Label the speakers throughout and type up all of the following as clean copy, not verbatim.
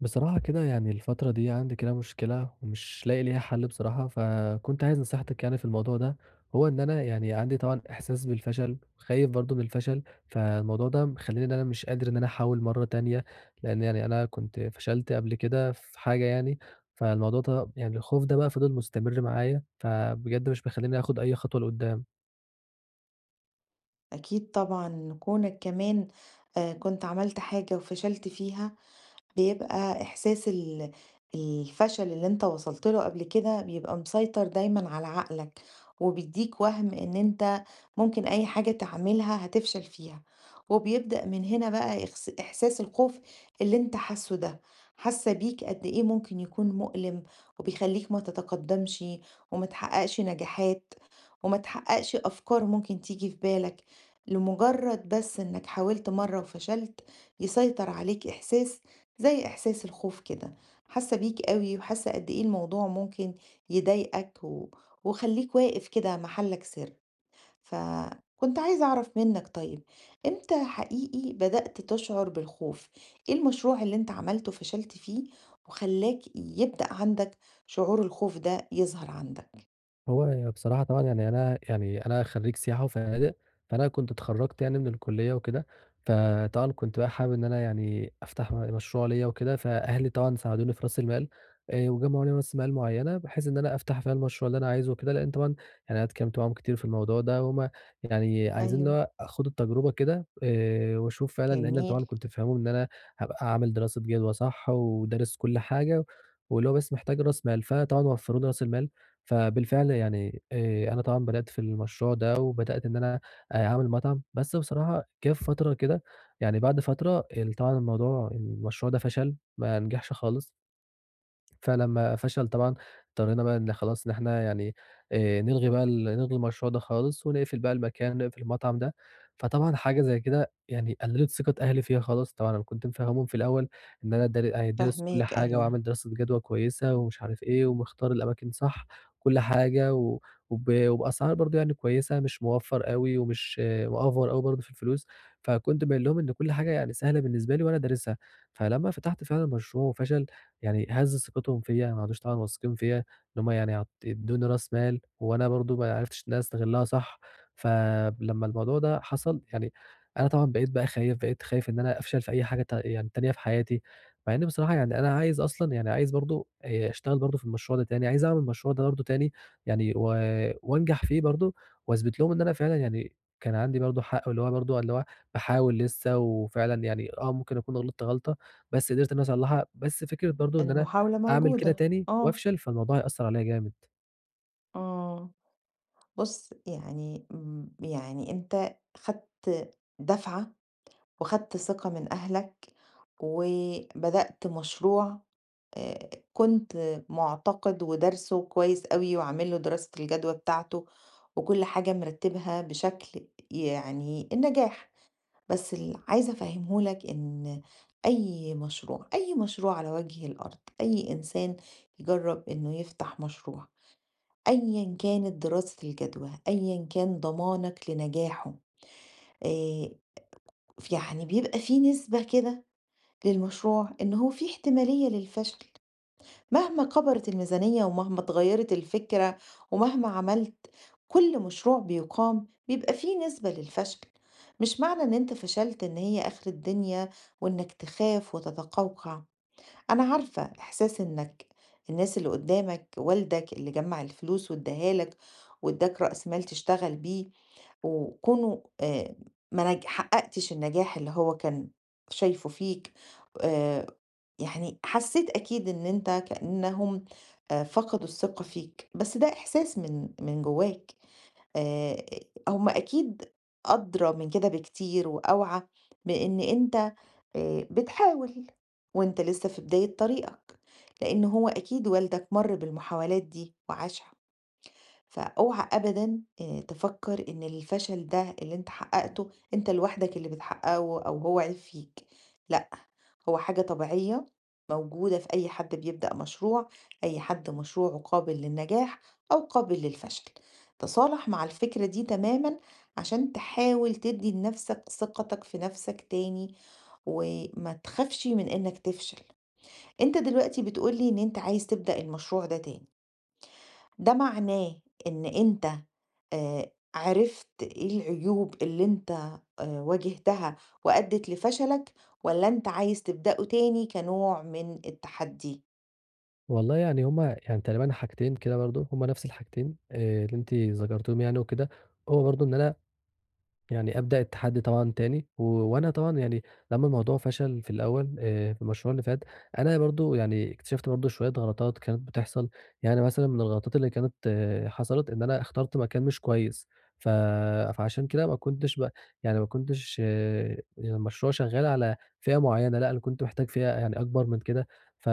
Speaker 1: بصراحة كده يعني الفترة دي عندي كده مشكلة ومش لاقي ليها حل بصراحة، فكنت عايز نصيحتك يعني في الموضوع ده. هو إن أنا يعني عندي طبعًا إحساس بالفشل، خايف برضه من الفشل. فالموضوع ده مخلّيني إن أنا مش قادر إن أنا أحاول مرة تانية، لإن يعني أنا كنت فشلت قبل كده في حاجة يعني. فالموضوع ده يعني الخوف ده بقى فضل مستمر معايا، فبجد مش مخلّيني آخد أي خطوة لقدّام.
Speaker 2: أكيد طبعًا كونك كمان كنت عملت حاجة وفشلت فيها، بيبقى إحساس الفشل اللي أنت وصلت له قبل كده بيبقى مسيطر دايمًا على عقلك، وبيدّيك وَهْم إن أنت ممكن أي حاجة تعملها هتفشل فيها، وبيبدأ من هنا بقى إحساس الخوف اللي أنت حاسُّه ده، حاسة بيك قد إيه ممكن يكون مؤلم، وبيخلّيك ما تتقدّمش وما تحقّقش نجاحات، وما تحقّقش أفكار ممكن تيجي في بالك، لمجرد بس إنك حاولت مرّة وفشلت، يسيطر عليك إحساس زي إحساس الخوف كده حاسة بيك قوي وحاسة قد إيه الموضوع ممكن يضايقك. وخليك واقف كده محلك سر. فكنت عايزة أعرف منك، طيب إمتى حقيقي بدأت تشعر بالخوف؟ إيه المشروع اللي أنت عملته فشلت فيه وخلاك يبدأ عندك شعور الخوف ده يظهر عندك؟
Speaker 1: هو بصراحة طبعًا يعني أنا يعني أنا خرّيج سياحة وفنادق، فأنا كنت اتخرّجت يعني من الكلية وكده. فطبعًا كنت بقى حابب إن أنا يعني أفتح مشروع ليّا وكده، فأهلي طبعًا ساعدوني في رأس المال. وجمعوا لي رأس مال معيّنة بحيث إن أنا أفتح فيها المشروع اللي أنا عايزه وكده، لإن طبعًا يعني أنا اتكلمت معاهم كتير في الموضوع ده، وهُم يعني عايزين اللي
Speaker 2: ايوه،
Speaker 1: هو آخُد التجربة كده وأشوف فعلًا، لإن
Speaker 2: جميل.
Speaker 1: طبعًا كنت فاهمهم إن أنا هابقى عامل دراسة جدوى صح، ودارس كل حاجة، واللي هو بس محتاج رأس مال، فطبعًا وفّروا لي رأس المال. فبالفعل يعني أنا طبعًا بدأت في المشروع ده، وبدأت إن أنا أعمل مطعم. بس بصراحة جه في فترة كده يعني بعد فترة طبعًا الموضوع المشروع ده فشل، ما نجحش خالص. فلمّا فشل طبعًا اضطرينا بقى إن خلاص إن إحنا يعني نلغي بقى ال نلغي المشروع ده خالص ونقفل بقى المكان، نقفل المطعم ده. فطبعًا حاجة زي كده يعني قللت ثقة أهلي فيّا خالص. طبعًا أنا كنت مفهّمهم في الأول إن أنا دارس كل
Speaker 2: فهميك،
Speaker 1: حاجة وعامل
Speaker 2: ايوه.
Speaker 1: دراسة جدوى كويسة ومش عارف إيه، ومختار الأماكن صح وكل حاجة و وب وبأسعار برضه يعني كويسة، مش موفّر أوي ومش مأفور أوي برضه في الفلوس. فكنت باين لهم إن كل حاجة يعني سهلة بالنسبة لي وأنا دارسها. فلمّا فتحت فعلًا المشروع وفشل، يعني هَز ثقتهم فيّا، ما عادوش طبعًا واثقين فيّا إن هُم يعني ادّوني راس مال وأنا برضه ما عرفتش إن أنا أستغلها صح. فلمّا الموضوع ده حصل يعني أنا طبعًا بقيت بقى خايف، بقيت خايف إن أنا أفشل في أي حاجة ت يعني تانية في حياتي، مع إن بصراحة يعني أنا عايز أصلًا يعني عايز برضه أشتغل برضه في المشروع ده تاني، عايز أعمل المشروع ده برضه تاني يعني وأنجح فيه برضه وأثبت لهم إن أنا فعلًا يعني كان عندي برضه حق، واللي هو برضه اللي هو باحاول لسه، وفعلًا يعني ممكن أكون غلطت غلطة بس قدرت إن أنا أصلّحها. بس فكرة برضه إن أنا
Speaker 2: المحاولة
Speaker 1: أعمل كده
Speaker 2: موجودة،
Speaker 1: تاني
Speaker 2: اه.
Speaker 1: وأفشل، فالموضوع هيأثّر عليّا جامد.
Speaker 2: اه. بُص، يعني يعني أنت خدت دفعة وخدت ثقة من أهلك، وبدأت مشروع كنت معتقد ودارسه كويس أوي وعامل له دراسة الجدوى بتاعته، وكل حاجة مرتبها بشكل يعني النجاح، بس اللي عايزة أفهمه لك إن أي مشروع، أي مشروع على وجه الأرض، أي إنسان يجرب إنه يفتح مشروع أيًا كانت دراسة الجدوى، أيًا كان ضمانك لنجاحه، آآ ف يعني بيبقى في نسبة كده للمشروع إن هو في احتمالية للفشل، مهما كبرت الميزانية ومهما اتغيرت الفكرة ومهما عملت، كل مشروع بيقام بيبقى في نسبة للفشل، مش معنى إن أنت فشلت إن هي آخر الدنيا وإنك تخاف وتتقوقع. أنا عارفة إحساس إنك الناس اللي قدامك والدك اللي جمع الفلوس واداها لك واداك رأس مال تشتغل بيه وكونه آه، ما نج- حققتش النجاح اللي هو كان شايفه فيك، آه، يعني حسيت أكيد إن أنت كأنهم، آه، فقدوا الثقة فيك، بس ده إحساس من جواك. آآ هم أكيد أدرى من كده بكتير وأوعى بإن أنت بتحاول، وأنت لسه في بداية طريقك، لإن هو أكيد والدك مَر بالمحاولات دي وعاشها. فاوعى أبدًا تفكّر إن الفشل ده اللي أنت حقّقته أنت لوحدك اللي بتحقّقه أو هو عيب فيك، لأ، هو حاجة طبيعية موجودة في أي حد بيبدأ مشروع، أي حد مشروعه قابل للنجاح أو قابل للفشل. تصالح مع الفكرة دي تمامًا عشان تحاول تدّي لنفسك ثقتك في نفسك تاني، وما تخافش من إنك تفشل. أنت دلوقتي بتقول لي إن أنت عايز تبدأ المشروع ده تاني. ده معناه إن أنت عرفت إيه العيوب اللي أنت واجهتها وأدِّت لفشلك، والّا أنت عايز تبدأه تاني كنوع من التحدي؟
Speaker 1: والله يعني هُم يعني تقريبًا حاجتين كده برضه، هُم نفس الحاجتين اللي أنتِ ذكرتيهم يعني وكده. هو برضه إن أنا يعني أبدأ التحدي طبعًا تاني، وأنا طبعًا يعني لمّا الموضوع فشل في الأول في المشروع اللي فات، أنا برضه يعني اكتشفت برضه شوية غلطات كانت بتحصل. يعني مثلًا من الغلطات اللي كانت حصلت إن أنا اخترت مكان مش كويس، ف فعشان كده ما كنتش المشروع شغال على فئة معينة، لأ أنا كنت محتاج فئة يعني أكبر من كده. ف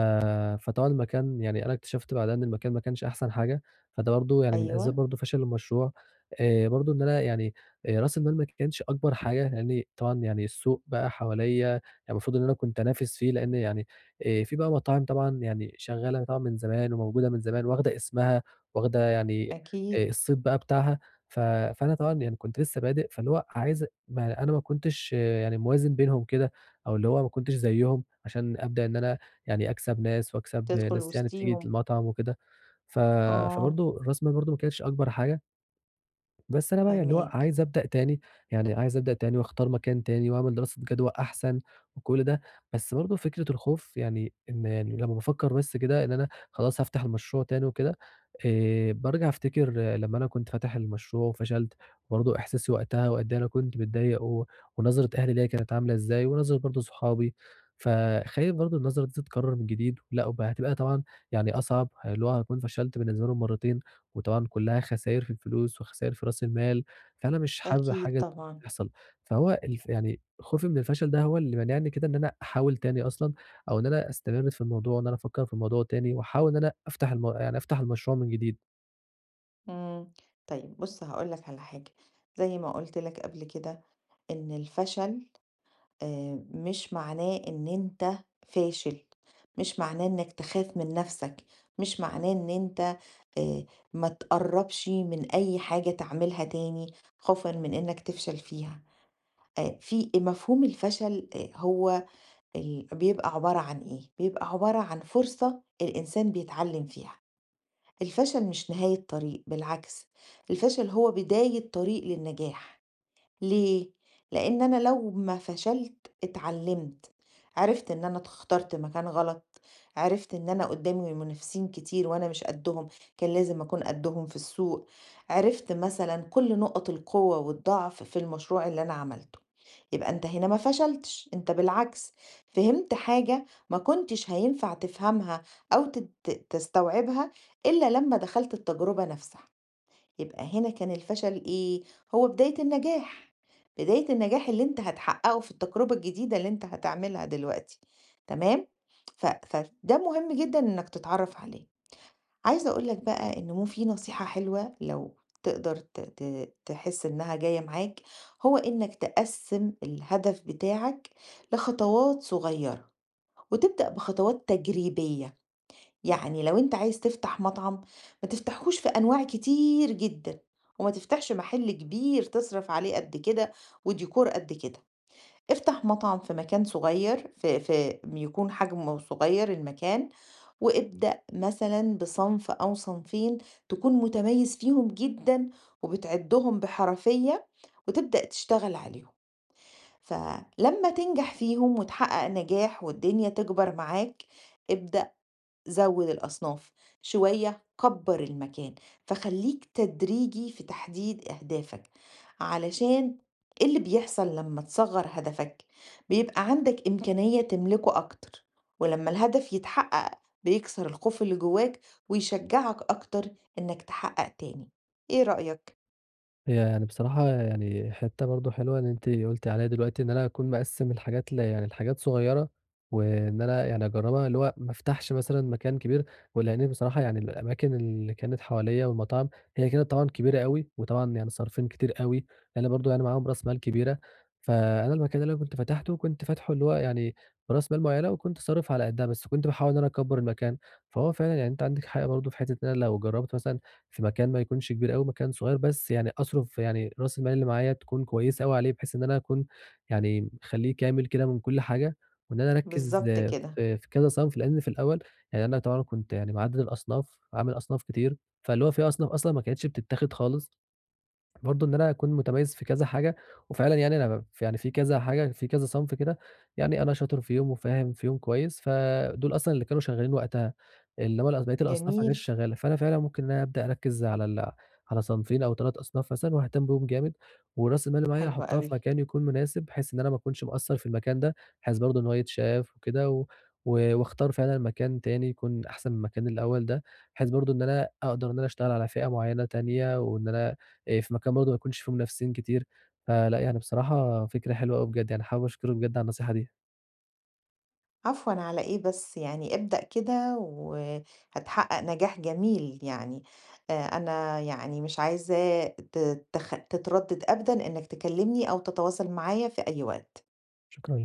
Speaker 1: فطبعًا المكان يعني أنا اكتشفت بعدها إن المكان ما كانش أحسن حاجة، فده برضه يعني من أسباب
Speaker 2: أيوه،
Speaker 1: برضه فشل المشروع. برضه إن أنا يعني رأس المال ما كانش أكبر حاجة، لإن طبعًا يعني السوق بقى حواليّا يعني المفروض إن أنا كنت أنافس فيه، لإن يعني في بقى مطاعم طبعًا يعني شغّالة طبعًا من زمان وموجودة من زمان واخدة اسمها، واخدة يعني
Speaker 2: أكيد،
Speaker 1: الصيت بقى بتاعها. فأنا طبعًا يعني كنت لسه بادئ، فاللي هو عايز ما أنا ما كنتش يعني موازن بينهم كده، أو اللي هو ما كنتش زيّهم عشان أبدأ إن أنا يعني أكسب ناس، واكسب
Speaker 2: تدخل
Speaker 1: ناس يعني بتيجي
Speaker 2: وسطيهم،
Speaker 1: المطعم وكده. ف
Speaker 2: آه،
Speaker 1: فبرضه رأس المال برضه ما كانتش أكبر حاجة. بس أنا بقى يعني اللي هو
Speaker 2: فاهماك،
Speaker 1: عايز أبدأ تاني، يعني عايز أبدأ تاني واختار مكان تاني واعمل دراسة جدوى أحسن وكل ده. بس برضه فكرة الخوف يعني إن يعني لمّا بافكّر بس كده إن أنا خلاص هافتح المشروع تاني وكده، بارجع أفتكر لمّا أنا كنت فاتح المشروع وفشلت، برضه إحساسي وقتها وقد إيه أنا كنت متضايق ونظرة أهلي ليّا كانت عاملة إزاي ونظرة برضه صحابي. فخايف برضه النظرة دي تتكرر من جديد، لأ وبقى هتبقى طبعًا يعني أصعب، اللي هو هاكون فشلت بالنسبة لهم مرّتين، وطبعًا كلّها خساير في الفلوس وخساير في رأس المال، فأنا مش حابب
Speaker 2: أكيد
Speaker 1: حاجة
Speaker 2: طبعًا،
Speaker 1: تحصل. فهو الف يعني خوفي من الفشل ده هو اللي مانعني كده إن أنا أحاول تاني أصلًا، أو إن أنا أستمر في الموضوع وإن أنا أفكّر في الموضوع تاني، واحاول إن أنا أفتح المشروع من جديد.
Speaker 2: إمم، طيب بُص هاقول لك على حاجة، زي ما قُلت لك قبل كده إن الفشل، آه، مش معناه ان انت فاشل، مش معناه انك تخاف من نفسك، مش معناه ان انت، آه، ما تقربش من اي حاجة تعملها تاني خوفا من انك تفشل فيها. آه، في مفهوم الفشل، آه، هو بيبقى عبارة عن ايه، بيبقى عبارة عن فرصة الانسان بيتعلم فيها. الفشل مش نهاية طريق، بالعكس، الفشل هو بداية طريق للنجاح. ليه؟ لأن أنا لو ما فشلت اتعلمت، عرفت إن أنا اخترت مكان غلط، عرفت إن أنا قدامي منافسين كتير وأنا مش قدهم، كان لازم أكون قدهم في السوق، عرفت مثلا كل نقط القوة والضعف في المشروع اللي أنا عملته. يبقى أنت هنا ما فشلتش، أنت بالعكس فهمت حاجة ما كنتش هينفع تفهمها أو تستوعبها إلا لما دخلت التجربة نفسها. يبقى هنا كان الفشل إيه، هو بداية النجاح، بداية النجاح اللي أنت هتحققه في التجربة الجديدة اللي أنت هتعملها دلوقتي، تمام؟ فده مهم جدًا إنك تتعرف عليه. عايزة أقول لك بقى إن مو في نصيحة حلوة لو تقدر ت ت تحس إنها جاية معاك، هو إنك تقسّم الهدف بتاعك لخطوات صغيرة، وتبدأ بخطوات تجريبية. يعني لو أنت عايز تفتح مطعم ما تفتحهوش في أنواع كتير جدًا، وما تفتحش محل كبير تصرف عليه قد كده وديكور قد كده، افتح مطعم في مكان صغير، في يكون حجمه صغير المكان، وابدأ مثلًا بصنف أو صنفين تكون متميز فيهم جدًا وبتعدهم بحرفية وتبدأ تشتغل عليهم، فلما تنجح فيهم وتحقق نجاح والدنيا تكبر معاك ابدأ زوِّد الأصناف، شوية كبَّر المكان، فخلّيك تدريجي في تحديد أهدافك، علشان إيه اللي بيحصل لمّا تصغّر هدفك؟ بيبقى عندك إمكانية تملكه أكتر، ولمّا الهدف يتحقق بيكسر الخوف اللي جواك ويشجعك أكتر إنك تحقق تاني، إيه رأيك؟
Speaker 1: هي يعني بصراحة يعني حتّة برضه حلوة إن أنتِ قُلتِ عليها دلوقتي، إن أنا أكون مقسّم الحاجات ل يعني لحاجات صغيّرة، وإن أنا يعني أجرّبها اللي هو ما افتحش مثلًا مكان كبير. ولإن بصراحة يعني الأماكن اللي كانت حواليّا والمطاعم هي كانت طبعًا كبيرة أوي، وطبعًا يعني صارفين كتير أوي، لإن برضه يعني معاهم رأس مال كبيرة. فأنا المكان اللي أنا كنت فتحته كنت فاتحه اللي هو يعني برأس مال معيّنة، وكنت صارف على قدّها، بس كنت باحاول إن أنا أكبّر المكان. فهو فعلًا يعني أنتِ عندِك حق برضه في حتّة إن أنا لو جرّبت مثلًا في مكان ما يكونش كبير أوي، مكان صغير، بس يعني أصرف يعني رأس المال اللي معايا تكون كويسة أوي عليه، بحيث إن أنا أكون يعني مخلّيه كامل كده من كل حاجة. وإن أنا أركّز
Speaker 2: بالضبط
Speaker 1: آه،
Speaker 2: كده،
Speaker 1: في في كذا صنف، لإن في الأول يعني أنا طبعًا كنت يعني معدّل الأصناف، عامل أصناف كتير، فاللي هو في أصناف أصلًا ما كانتش بتتاخد خالص. برضه إن أنا أكون متميز في كذا حاجة، وفعلًا يعني أنا ب يعني في كذا حاجة في كذا صنف كده، يعني أنا شاطر فيهم وفاهم فيهم كويس، فدول أصلًا اللي كانوا شغالين وقتها. إنما بقية الأصناف ما كانتش
Speaker 2: جميل،
Speaker 1: شغالة، فأنا فعلًا ممكن إن أنا أبدأ أركّز على على صنفين أو 3 أصناف مثلًا وأهتم بيهم جامد. ورأس المال اللي معايا
Speaker 2: حلو
Speaker 1: أحطها
Speaker 2: أوي.
Speaker 1: في مكان يكون مناسب، بحيث إن أنا ما أكونش مقصّر في المكان ده، بحيث برضه إن هو يتشاف وكده، و و واختار فعلًا مكان تاني يكون أحسن من المكان الأول ده، بحيث برضه إن أنا أقدر إن أنا أشتغل على فئة معينة تانية، وإن أنا في مكان برضه ما يكونش فيه منافسين كتير. فلأ يعني بصراحة فكرة حلوة أوي بجد، يعني حابب أشكرك بجد على النصيحة دي.
Speaker 2: عفوًا على إيه بس، يعني ابدأ كده وهتحقق نجاح جميل يعني، أنا يعني مش عايزاه ت تخ تتردد أبدًا إنك تكلمني أو تتواصل معايا في أي وقت.
Speaker 1: شكرًا.